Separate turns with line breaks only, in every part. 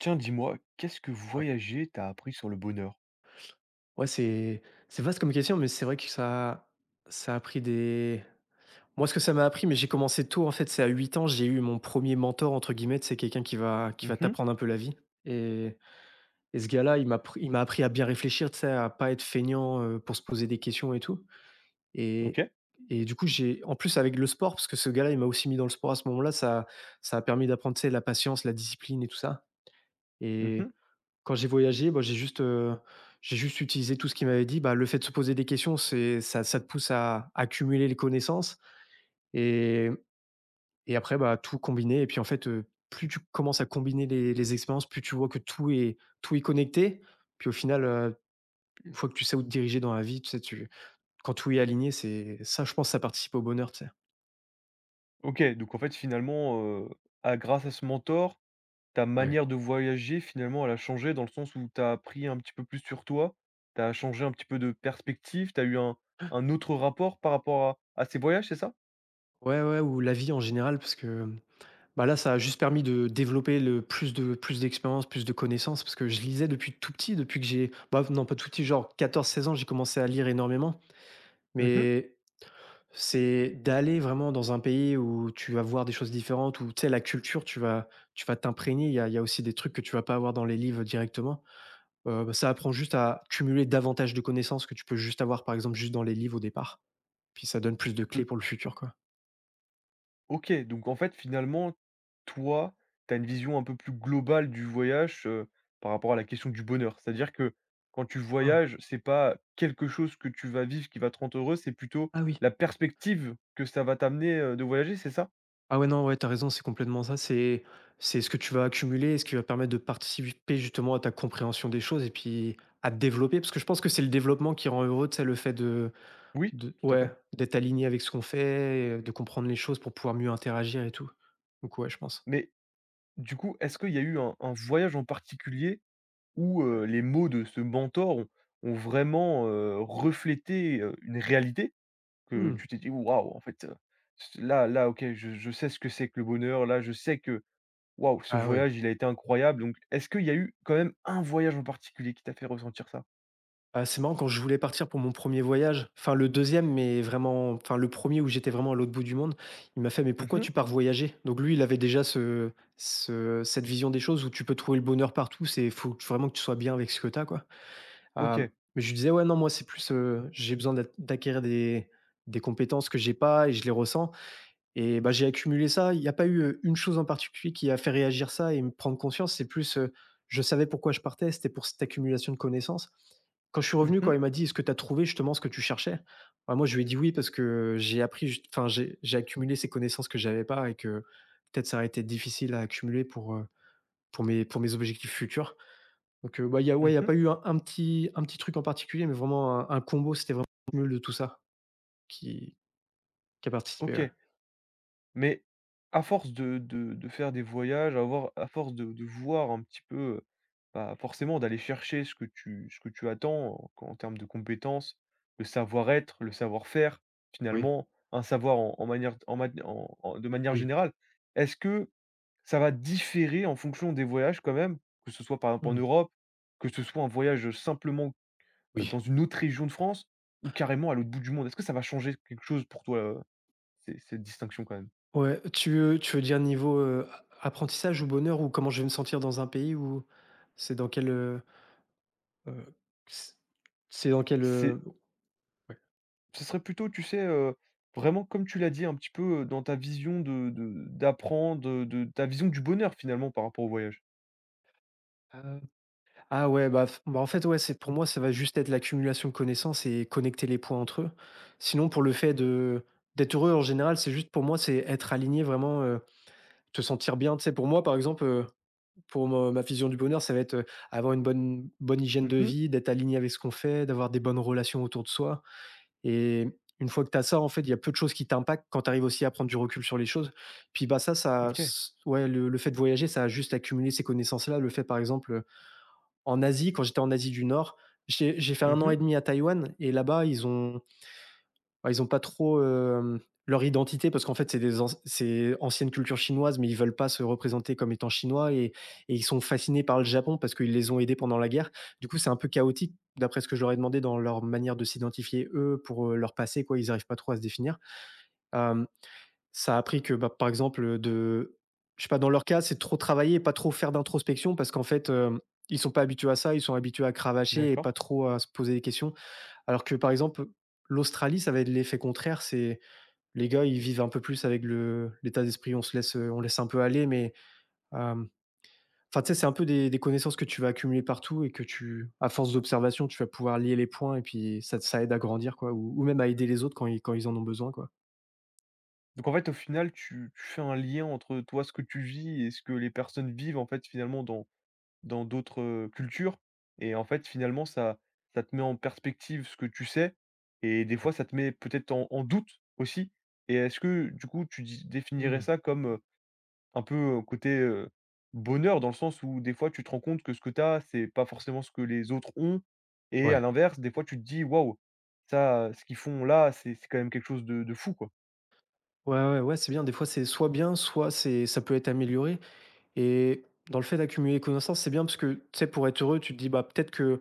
Tiens, dis-moi, qu'est-ce que
Ouais.
voyager t'a appris sur le bonheur?
Ouais, c'est vaste comme question, mais c'est vrai que ça ça a pris des moi, ce que ça m'a appris, mais j'ai commencé tôt, en fait, c'est à 8 ans. J'ai eu mon premier «mentor», entre guillemets, c'est quelqu'un qui va
Mmh.
t'apprendre un peu la vie. Et et ce gars-là, il m'a appris à bien réfléchir, tu sais, à pas être feignant, pour se poser des questions et tout. et
OK.
et du coup, j'ai en plus, avec le sport, parce que ce gars-là, il m'a aussi mis dans le sport à ce moment-là, ça a permis d'apprendre, tu sais, la patience, la discipline et tout ça.
Mmh.
Et quand j'ai voyagé, bah, j'ai juste utilisé tout ce qu'il m'avait dit. Bah, le fait de se poser des questions, c'est ça, ça te pousse à accumuler les connaissances. Et et après, bah, tout combiner et puis, en fait, plus tu commences à combiner les expériences, plus tu vois que tout est connecté. Puis, au final, une fois que tu sais où te diriger dans la vie, tu sais, tu quand tout est aligné, c'est ça, je pense, ça participe au bonheur, tu sais?
OK, donc en fait, finalement, à grâce à ce mentor, ta
Ouais.
manière de voyager, finalement, elle a changé dans le sens où t'as appris un petit peu plus sur toi. T'as changé un petit peu de perspective. T'as eu un autre rapport par rapport à ces voyages, c'est ça?
Ouais, ouais, ou la vie en général. Parce que, bah, là, ça a juste permis de développer le plus de plus d'expérience, plus de connaissances, parce que je lisais depuis tout petit, depuis que j'ai, bah, non, pas tout petit, genre 14 16 ans, j'ai commencé à lire énormément.
Mmh.
Mais c'est d'aller vraiment dans un pays où tu vas voir des choses différentes, où, tu sais, la culture, tu vas t'imprégner, il y a aussi des trucs que tu vas pas avoir dans les livres directement. Bah, ça apprend juste à cumuler davantage de connaissances que tu peux juste avoir, par exemple, juste dans les livres au départ, puis ça donne plus de clés
Tout
pour le futur, quoi.
OK, donc en fait, finalement, toi, tu as une
Ouais.
vision un peu plus globale du voyage, par rapport à la question du bonheur. C'est-à-dire que quand tu
Ah.
voyages, c'est pas quelque chose que tu vas vivre qui va te rendre heureux, c'est plutôt
Ah, oui.
la perspective que ça va t'amener, de voyager, c'est ça?
Ah, ouais, non, ouais, t'as raison, c'est complètement ça. C'est ce que tu vas accumuler et ce qui va permettre de participer justement à ta compréhension des choses et puis à te développer. Parce que je pense que c'est le développement qui rend heureux, tu le fait de,
Oui?
de
Tout à
ouais,
fait.
d'être aligné avec ce qu'on fait, de comprendre les choses pour pouvoir mieux interagir et tout. Donc, ouais, je pense.
Mais du coup, est-ce qu'il y a eu un voyage en particulier où, les mots de ce mentor ont vraiment, reflété, une réalité? Que
Hmm.
tu t'es dit: «Waouh, en fait, c là là, OK, je sais ce que c'est que le bonheur, là, je sais que, waouh, ce
Ah, ouais.
voyage, il a été incroyable.» Donc est-ce qu'il y a eu quand même un voyage en particulier qui t'a fait ressentir ça?
Ah, c'est marrant. Quand je voulais partir pour mon premier voyage, enfin le deuxième, mais vraiment, enfin le premier où j'étais vraiment à l'autre bout du monde, il m'a fait: «Mais pourquoi
Mmh.
tu pars voyager?» Donc lui, il avait déjà ce ce cette vision des choses où tu peux trouver le bonheur partout, c'est faut que vraiment que tu sois bien avec ce que t'as, quoi. Hem,
OK.
mais je lui disais: «Ouais, non, moi, c'est plus, j'ai besoin d'acquérir des compétences que j'ai pas et je les ressens.» Et, bah, j'ai accumulé ça. Il y a pas eu, une chose en particulier qui a fait réagir ça et me prendre conscience. C'est plus, je savais pourquoi je partais, c'était pour cette accumulation de connaissances. Quand je suis
Mmh
revenu,
mh.
quand il m'a dit: «Est-ce que tu as trouvé justement ce que tu cherchais?», bah, moi, je lui ai dit: «Oui», parce que j'ai appris juste, enfin, j'ai accumulé ces connaissances que j'avais pas et que peut-être ça aurait été difficile à accumuler pour, pour mes objectifs futurs. Donc, bah, il y a, ouais, il y a pas
Mmh.
eu un petit truc en particulier, mais vraiment un combo, c'était vraiment le cumul de tout ça qui qui a participé, ouais.
OK. Mais à force de faire des voyages, à, avoir à force de voir un petit peu, bah, forcément d'aller chercher ce que tu attends en en termes de compétences, le savoir-être, le savoir-faire,
Oui,
finalement, un savoir en en manière en mat en en de manière
oui.
générale. Est-ce que ça va différer en fonction des voyages quand même? Que ce soit par exemple en
Mmh.
Europe, que ce soit un voyage, simplement,
Oui.
dans une autre région de France ou carrément à l'autre bout du monde? Est-ce que ça va changer quelque chose pour toi, ces cette distinction quand même?
Ouais, tu veux dire niveau, a apprentissage ou bonheur ou comment je vais me sentir dans un pays, ou c'est dans quel, heu heu, c c'est dans quel, ouais,
Ce serait plutôt, tu sais, vraiment comme tu l'as dit un petit peu, dans ta vision de d'apprendre, de ta vision du bonheur finalement par rapport au voyage.
heu, ah, ouais, bah, f bah, en fait, ouais, c'est pour moi, ça va juste être l'accumulation de connaissances et connecter les points entre eux. Sinon, pour le fait de d'être heureux en général, c'est juste pour moi, c'est être aligné vraiment, te sentir bien. Tu sais, pour moi, par exemple, pour me ma vision du bonheur, ça va être, avoir une bonne hygiène de
Mmh.
vie, d'être aligné avec ce qu'on fait, d'avoir des bonnes relations autour de soi. Et une fois que tu as ça, en fait, il y a peu de choses qui t'impactent quand tu arrives aussi à prendre du recul sur les choses. Puis, bah,
OK.
ouais, le fait de voyager, ça a juste accumulé ces connaissances-là. Le fait, par exemple, en Asie, quand j'étais en Asie du Nord, j'ai fait un an
Mmh.
et demi à Taïwan et là-bas, ils ont, ouais, ils ont pas trop, leur identité, parce qu'en fait, c'est des anc c'est ancienne culture chinoise, mais ils veulent pas se représenter comme étant chinois, et ils sont fascinés par le Japon parce qu'ils les ont aidés pendant la guerre. Du coup, c'est un peu chaotique d'après ce que je leur ai demandé dans leur manière de s'identifier eux pour, leur passé, quoi, ils arrivent pas trop à se définir. Hem, Ça a appris que, bah, par exemple, de je sais pas, dans leur cas, c'est trop travailler et pas trop faire d'introspection, parce qu'en fait, ils sont pas habitués à ça, ils sont habitués à cravacher et
D'accord.
pas trop à se poser des questions. Alors que, par exemple, l'Australie, ça va être l'effet contraire, c'est les gars, ils vivent un peu plus avec le l'état d'esprit, on se laisse, on laisse un peu aller, mais, hem, enfin, tu sais, c'est un peu des connaissances que tu vas accumuler partout et que tu à force d'observation, tu vas pouvoir lier les points, et puis ça aide à grandir, quoi, ou même à aider les autres quand ils en ont besoin, quoi.
Donc en fait, au final, tu fais un lien entre toi, ce que tu vis et ce que les personnes vivent en fait finalement dans d'autres, cultures et en fait finalement ça te met en perspective ce que tu sais et des
Ouais.
fois ça te met peut-être en en doute aussi et est-ce que du coup tu dis définirais
Mmh.
ça comme, un peu, côté, bonheur dans le sens où des fois tu te rends compte que ce que tu as, c'est pas forcément ce que les autres ont et à
Ouais.
l'inverse, des fois tu te dis: «Waouh, ça, ce qu'ils font là, c'est quand même quelque chose de fou, quoi.»
Ouais, ouais, ouais, c'est bien. Des fois, c'est soit bien, soit c'est ça peut être amélioré. Et dans le fait d'accumuler les connaissances, c'est bien parce que, tu sais, pour être heureux, tu te dis: «Bah, peut-être que...»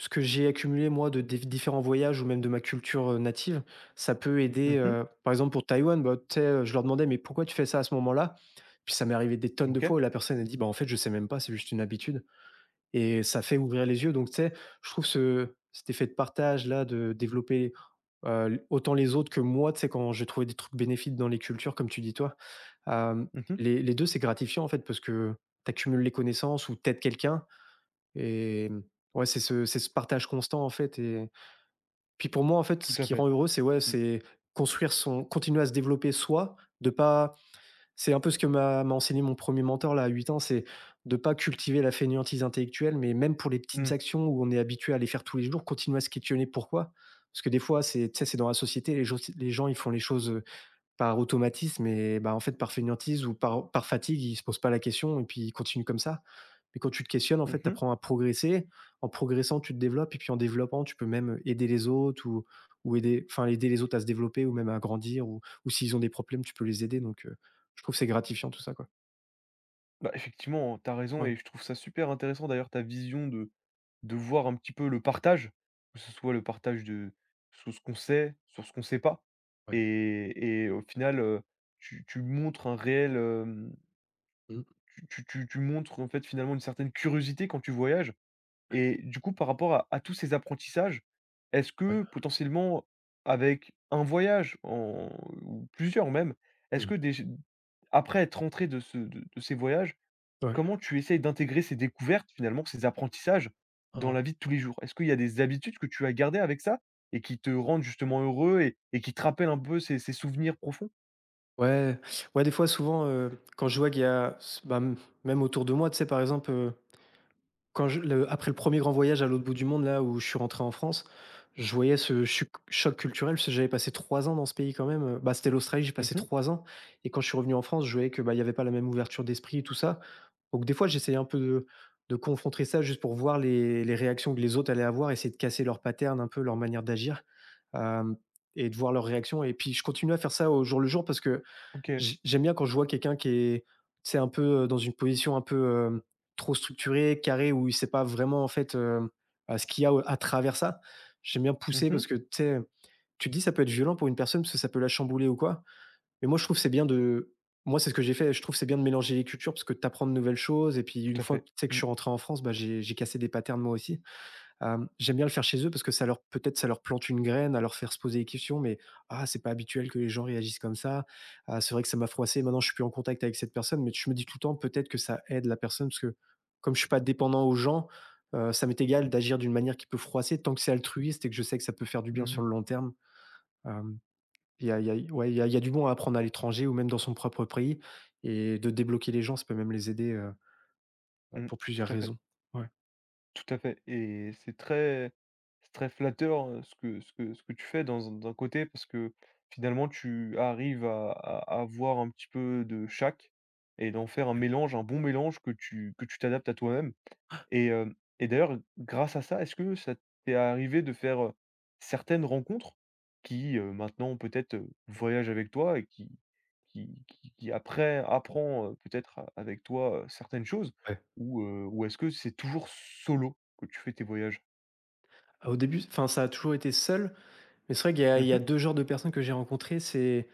Ce que j'ai accumulé, moi, de des différents voyages ou même de ma culture, native, ça peut aider.
Mmh.
Par exemple, pour Taïwan, bah, tu sais, je leur demandais: «Mais pourquoi tu fais ça à ce moment-là?» Puis ça m'est arrivé des tonnes de
OK.
fois où la personne a dit: «Bah, en fait, je sais même pas, c'est juste une habitude.» Et ça fait ouvrir les yeux. Donc, tu sais, je trouve ce cet effet de partage là, de développer, heu, autant les autres que moi, tu sais, quand j'ai trouvé des trucs bénéfiques dans les cultures, comme tu dis, toi. hem,
Mmh.
les les deux, c'est gratifiant, en fait, parce que tu accumules les connaissances ou t'aides quelqu'un, et, mmh, ouais, c'est ce partage constant, en fait. Et puis, pour moi, en fait,
Tout
ce
à
qui
fait.
rend heureux, c'est, ouais,
Mmh.
c'est construire son, continuer à se développer soi, de pas, c'est un peu ce que m'a enseigné mon premier mentor, là, à 8 ans, c'est de pas cultiver la fainéantise intellectuelle, mais même pour les petites
Mmh.
actions où on est habitué à les faire tous les jours, continuer à se questionner pourquoi. Parce que, des fois, c'est tu sais, c'est dans la société, les gens, ils font les choses par automatisme et, bah, en fait, par fainéantise ou par fatigue, ils se posent pas la question et puis ils continuent comme ça. Mais quand tu te questionnes, en fait, tu
Mmh.
apprends à progresser. En progressant, tu te développes et puis, en développant, tu peux même aider les autres, ou aider, enfin, aider les autres à se développer ou même à grandir, ou s'ils ont des problèmes, tu peux les aider. Donc, je trouve que c'est gratifiant tout ça, quoi.
Bah, effectivement, tu as raison
Ouais.
et je trouve ça super intéressant d'ailleurs ta vision de voir un petit peu le partage, que ce soit le partage de sur ce qu'on sait, sur ce qu'on sait pas
Ouais.
et au final, tu montres un réel, hem,
Mmh.
tu montres en fait finalement une certaine curiosité quand tu voyages et du coup par rapport à tous ces apprentissages, est-ce
Ouais.
que potentiellement avec un voyage en ou plusieurs même, est-ce
Mmh.
que déj après être rentré de ce de ces voyages,
Ouais.
comment tu essayes d'intégrer ces découvertes, finalement, ces apprentissages dans
Ah.
la vie de tous les jours? Est-ce qu'il y a des habitudes que tu as gardées avec ça et qui te rendent justement heureux et qui te rappellent un peu ces souvenirs profonds?
Ouais, ouais, des fois, souvent, quand je vois qu'il y a s bah, m même autour de moi, tu sais, par exemple, quand je le après le premier grand voyage à l'autre bout du monde, là, où je suis rentré en France, je voyais ce chuc choc culturel parce que j'avais passé 3 ans dans ce pays quand même. Bah, c'était l'Australie, j'ai passé
Mmh.
3 ans. Et quand je suis revenu en France, je voyais que, bah, il y avait pas la même ouverture d'esprit et tout ça. Donc des fois, j'essayais un peu de confronter ça juste pour voir les réactions que les autres allaient avoir, essayer de casser leur pattern un peu, leur manière d'agir, hem et de voir leurs réactions. Et puis je continue à faire ça au jour le jour parce que
OK.
j'aime bien quand je vois quelqu'un qui est, tu sais, un peu, dans une position un peu, trop structurée, carrée, où il sait pas vraiment, en fait, bah, ce qu'il y a au à travers ça. J'aime bien pousser
Mmh.
parce que, tu sais, tu te dis ça peut être violent pour une personne parce que ça peut la chambouler ou quoi. Mais moi, je trouve que c'est bien de moi, c'est ce que j'ai fait. Je trouve que c'est bien de mélanger les cultures parce que tu apprends de nouvelles choses. Et puis
Tout
une
à
fois
fait.
que tu sais que je
Mmh.
suis rentré en France, bah, j'ai cassé des patterns moi aussi. J'aime bien le faire chez eux parce que ça leur peut-être ça leur plante une graine, à leur faire se poser des questions, mais: «Ah, c'est pas habituel que les gens réagissent comme ça. Ah, c'est vrai que ça m'a froissé, maintenant je suis plus en contact avec cette personne», mais je me dis tout le temps peut-être que ça aide la personne parce que comme je suis pas dépendant aux gens, ça m'est égal d'agir d'une manière qui peut froisser tant que c'est altruiste et que je sais que ça peut faire du bien
Mmh
sur
mh.
le long terme. Hem, il y a ouais, il y a du bon à apprendre à l'étranger ou même dans son propre pays et de débloquer les gens, ça peut même les aider,
Mmh.
pour plusieurs
Tout à fait,
raisons. Ouais.
tout à fait et c'est très flatteur, ce que ce que ce que tu fais dans un d'un côté parce que, finalement, tu arrives à avoir un petit peu de chaque et d'en faire un mélange, un bon mélange que tu t'adaptes à toi-même. Et hem et d'ailleurs, grâce à ça, est-ce que ça t'est arrivé de faire, certaines rencontres qui, maintenant peut-être, voyagent avec toi et qui après apprend, peut-être a avec toi, certaines choses?
Ouais.
Ou est-ce que c'est toujours solo que tu fais tes voyages?
Au début, enfin, ça a toujours été seul. Mais c'est vrai qu'il y a
Mmh
il y a
mh.
2 genres de personnes que j'ai rencontrées. C'est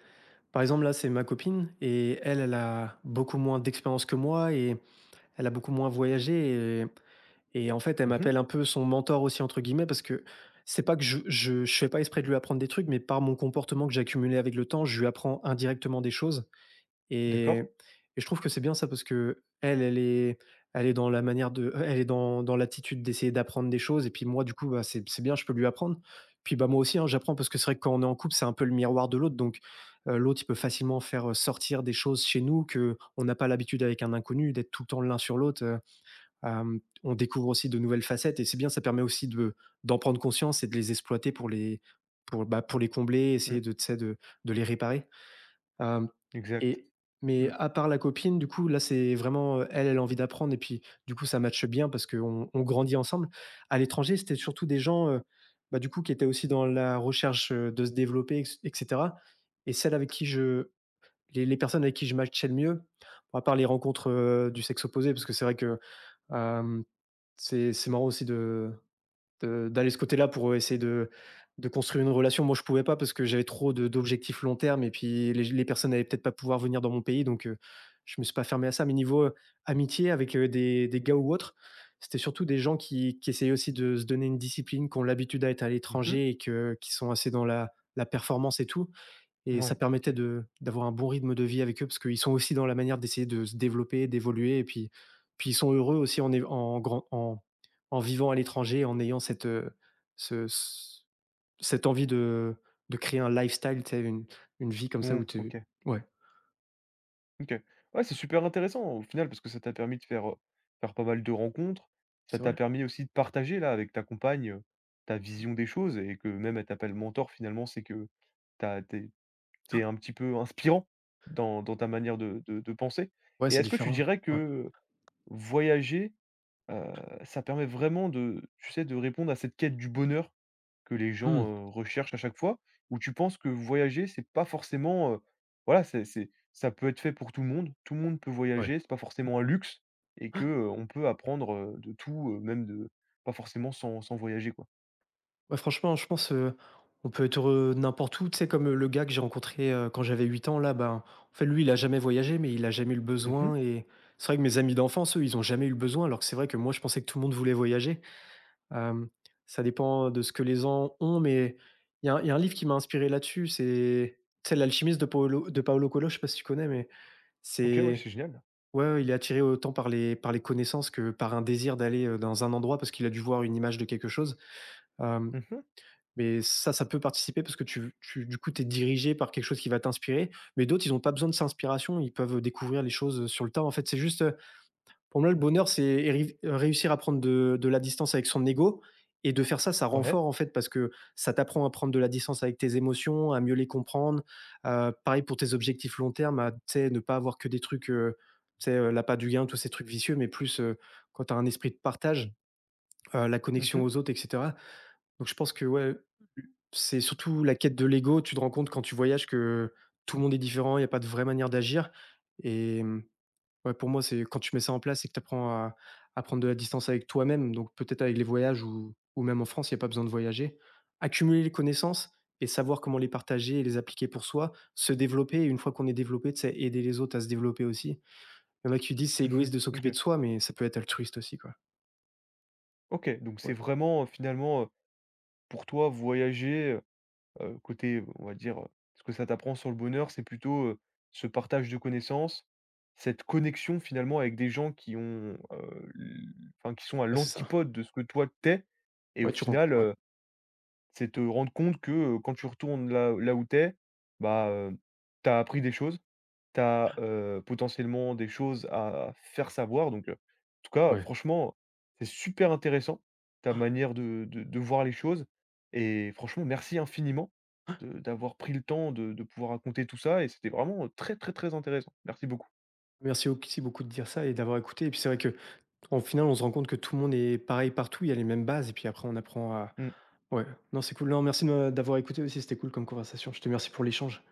par exemple, là, c'est ma copine et elle, elle a beaucoup moins d'expérience que moi et elle a beaucoup moins voyagé. Et en fait, elle
Mmh.
m'appelle un peu «son mentor» aussi entre guillemets, parce que c'est pas que je fais pas exprès de lui apprendre des trucs, mais par mon comportement que j'ai accumulé avec le temps, je lui apprends indirectement des choses. et
D'accord.
et je trouve que c'est bien ça parce que elle est dans la manière de elle est dans l'attitude d'essayer d'apprendre des choses. Et puis moi, du coup, bah, c'est bien, je peux lui apprendre. Puis, bah, moi aussi, hein, j'apprends, parce que c'est vrai que quand on est en couple, c'est un peu le miroir de l'autre. Donc l'autre, il peut facilement faire, sortir des choses chez nous que on n'a pas l'habitude avec un inconnu, d'être tout le temps l'un sur l'autre, on découvre aussi de nouvelles facettes et c'est bien, ça permet aussi de d'en prendre conscience et de les exploiter pour les pour, bah, pour les combler, essayer
Mmh.
de, tu sais, de les réparer. Hem
Exact.
et Mais
Mmh.
à part la copine, du coup, là, c'est vraiment, elle, elle a envie d'apprendre et puis, du coup, ça matche bien parce qu'on grandit ensemble. À l'étranger, c'était surtout des gens, bah, du coup, qui étaient aussi dans la recherche, de se développer et cetera. Et celles avec qui je les personnes avec qui je matchais le mieux, bon, à part les rencontres, du sexe opposé, parce que c'est vrai que, hem, c'est marrant aussi de d'aller ce côté-là pour, essayer de construire une relation. Moi, je pouvais pas parce que j'avais trop de d'objectifs long terme et puis les personnes allaient peut-être pas pouvoir venir dans mon pays. Donc je me suis pas fermé à ça. Mais niveau, amitié avec, heu, des gars ou autres, c'était surtout des gens qui essayaient aussi de se donner une discipline, qui ont l'habitude à être à
Mmh mh.
l'étranger et que qui sont assez dans la performance et tout. Et ça
Ouais, OK.
permettait de d'avoir un bon rythme de vie avec eux parce qu'ils sont aussi dans la manière d'essayer de se développer, d'évoluer. Et puis ils sont heureux aussi en év en grand en en vivant à l'étranger, en ayant cette, ce ce cette envie de créer un lifestyle, tu sais, une vie comme ça
Mmh,
où tu
OK.
ouais,
OK. Ouais, c'est super intéressant au final parce que ça t'a permis de faire, faire pas mal de rencontres. Ça
c'est
t'a
vrai.
permis aussi de partager là avec ta compagne, ta vision des choses et que même elle t'appelle mentor finalement, c'est que t'as t'es tu un petit peu inspirant dans ta manière de penser
Ouais,
et
c'est
est-ce que tu
différent,
dirais
ouais.
que voyager, Heu, ça permet vraiment de tu sais, de répondre à cette quête du bonheur que les
Mmh,
gens, recherchent à chaque fois, où tu penses que voyager, c'est pas forcément, voilà, c'est ça peut être fait pour tout le monde. Tout le monde peut
ouais.
voyager, c'est pas forcément un luxe et que, on peut apprendre, de tout, même de pas forcément sans voyager, quoi.
Ouais, franchement, je pense, on peut être heureux n'importe où. Tu sais, comme, le gars que j'ai rencontré, quand j'avais 8 ans là, ben, en fait, lui, il a jamais voyagé, mais il a jamais eu le
Mmh.
besoin. Et c'est vrai que mes amis d'enfance, eux, ils ont jamais eu le besoin, alors que c'est vrai que moi, je pensais que tout le monde voulait voyager. Hem, Ça dépend de ce que les gens ont, mais il y a un livre qui m'a inspiré là-dessus, c'est tu sais, L'Alchimiste de Paolo Coelho, je sais pas si tu connais, mais
OK, ouais,
c'est
c'est génial.
ouais, ouais, il est attiré autant par les connaissances que par un désir d'aller, dans un endroit parce qu'il a dû voir une image de quelque chose. Hem
Mmh.
Mais ça peut participer parce que tu du coup, tu es dirigé par quelque chose qui va t'inspirer, mais d'autres, ils ont pas besoin de s'inspiration, ils peuvent découvrir les choses, sur le tas. En fait, c'est juste, pour moi, le bonheur, c'est réussir à prendre de la distance avec son ego. Et de faire ça, ça rend
Ouais.
fort, en fait, parce que ça t'apprend à prendre de la distance avec tes émotions, à mieux les comprendre. Pareil pour tes objectifs long terme, à, tu sais, ne pas avoir que des trucs, tu sais, l'appât du gain, tous ces trucs vicieux, mais plus, quand tu as un esprit de partage, la
Mmh
connexion
mh.
aux autres et cetera. Donc je pense que ouais, c'est surtout la quête de l'ego. Tu te rends compte quand tu voyages que tout le monde est différent, il n'y a pas de vraie manière d'agir. Et mmh, ouais, pour moi, c'est quand tu mets ça en place et que tu apprends à prendre de la distance avec toi-même, donc peut-être avec les voyages ou même en France, il n'y a pas besoin de voyager. Accumuler les connaissances et savoir comment les partager et les appliquer pour soi, se développer, et une fois qu'on est développé, tu sais, aider les autres à se développer aussi. Il y en a qui disent: «C'est
Mmh.
égoïste de s'occuper de
OK.
soi», mais ça peut être altruiste aussi, quoi.
OK, donc c'est
Ouais.
vraiment, finalement, pour toi voyager, côté, on va dire, ce que ça t'apprend sur le bonheur, c'est plutôt, ce partage de connaissances, cette connexion finalement avec des gens qui ont, l enfin qui sont à
Ouais, c'est ça.
l'antipode de ce que toi t'es. Et au
Ouais, tu rencontres.
final,
Ouais,
c'est te rendre compte que, quand tu retournes là où t'es, bah, tu appris des choses, tu as, potentiellement des choses à faire savoir donc, en tout cas,
ouais.
franchement, c'est super intéressant ta manière de voir les choses et franchement merci infiniment de d'avoir pris le temps de pouvoir raconter tout ça et c'était vraiment, très, très, très intéressant. Merci beaucoup.
Merci aussi beaucoup de dire ça et d'avoir écouté. Et puis c'est vrai que, qu'en final, on se rend compte que tout le monde est pareil partout, il y a les mêmes bases, et puis après on apprend à.
Mmh.
Ouais, non, c'est cool. Non, merci de d'avoir écouté aussi, c'était cool comme conversation. Je te remercie pour l'échange.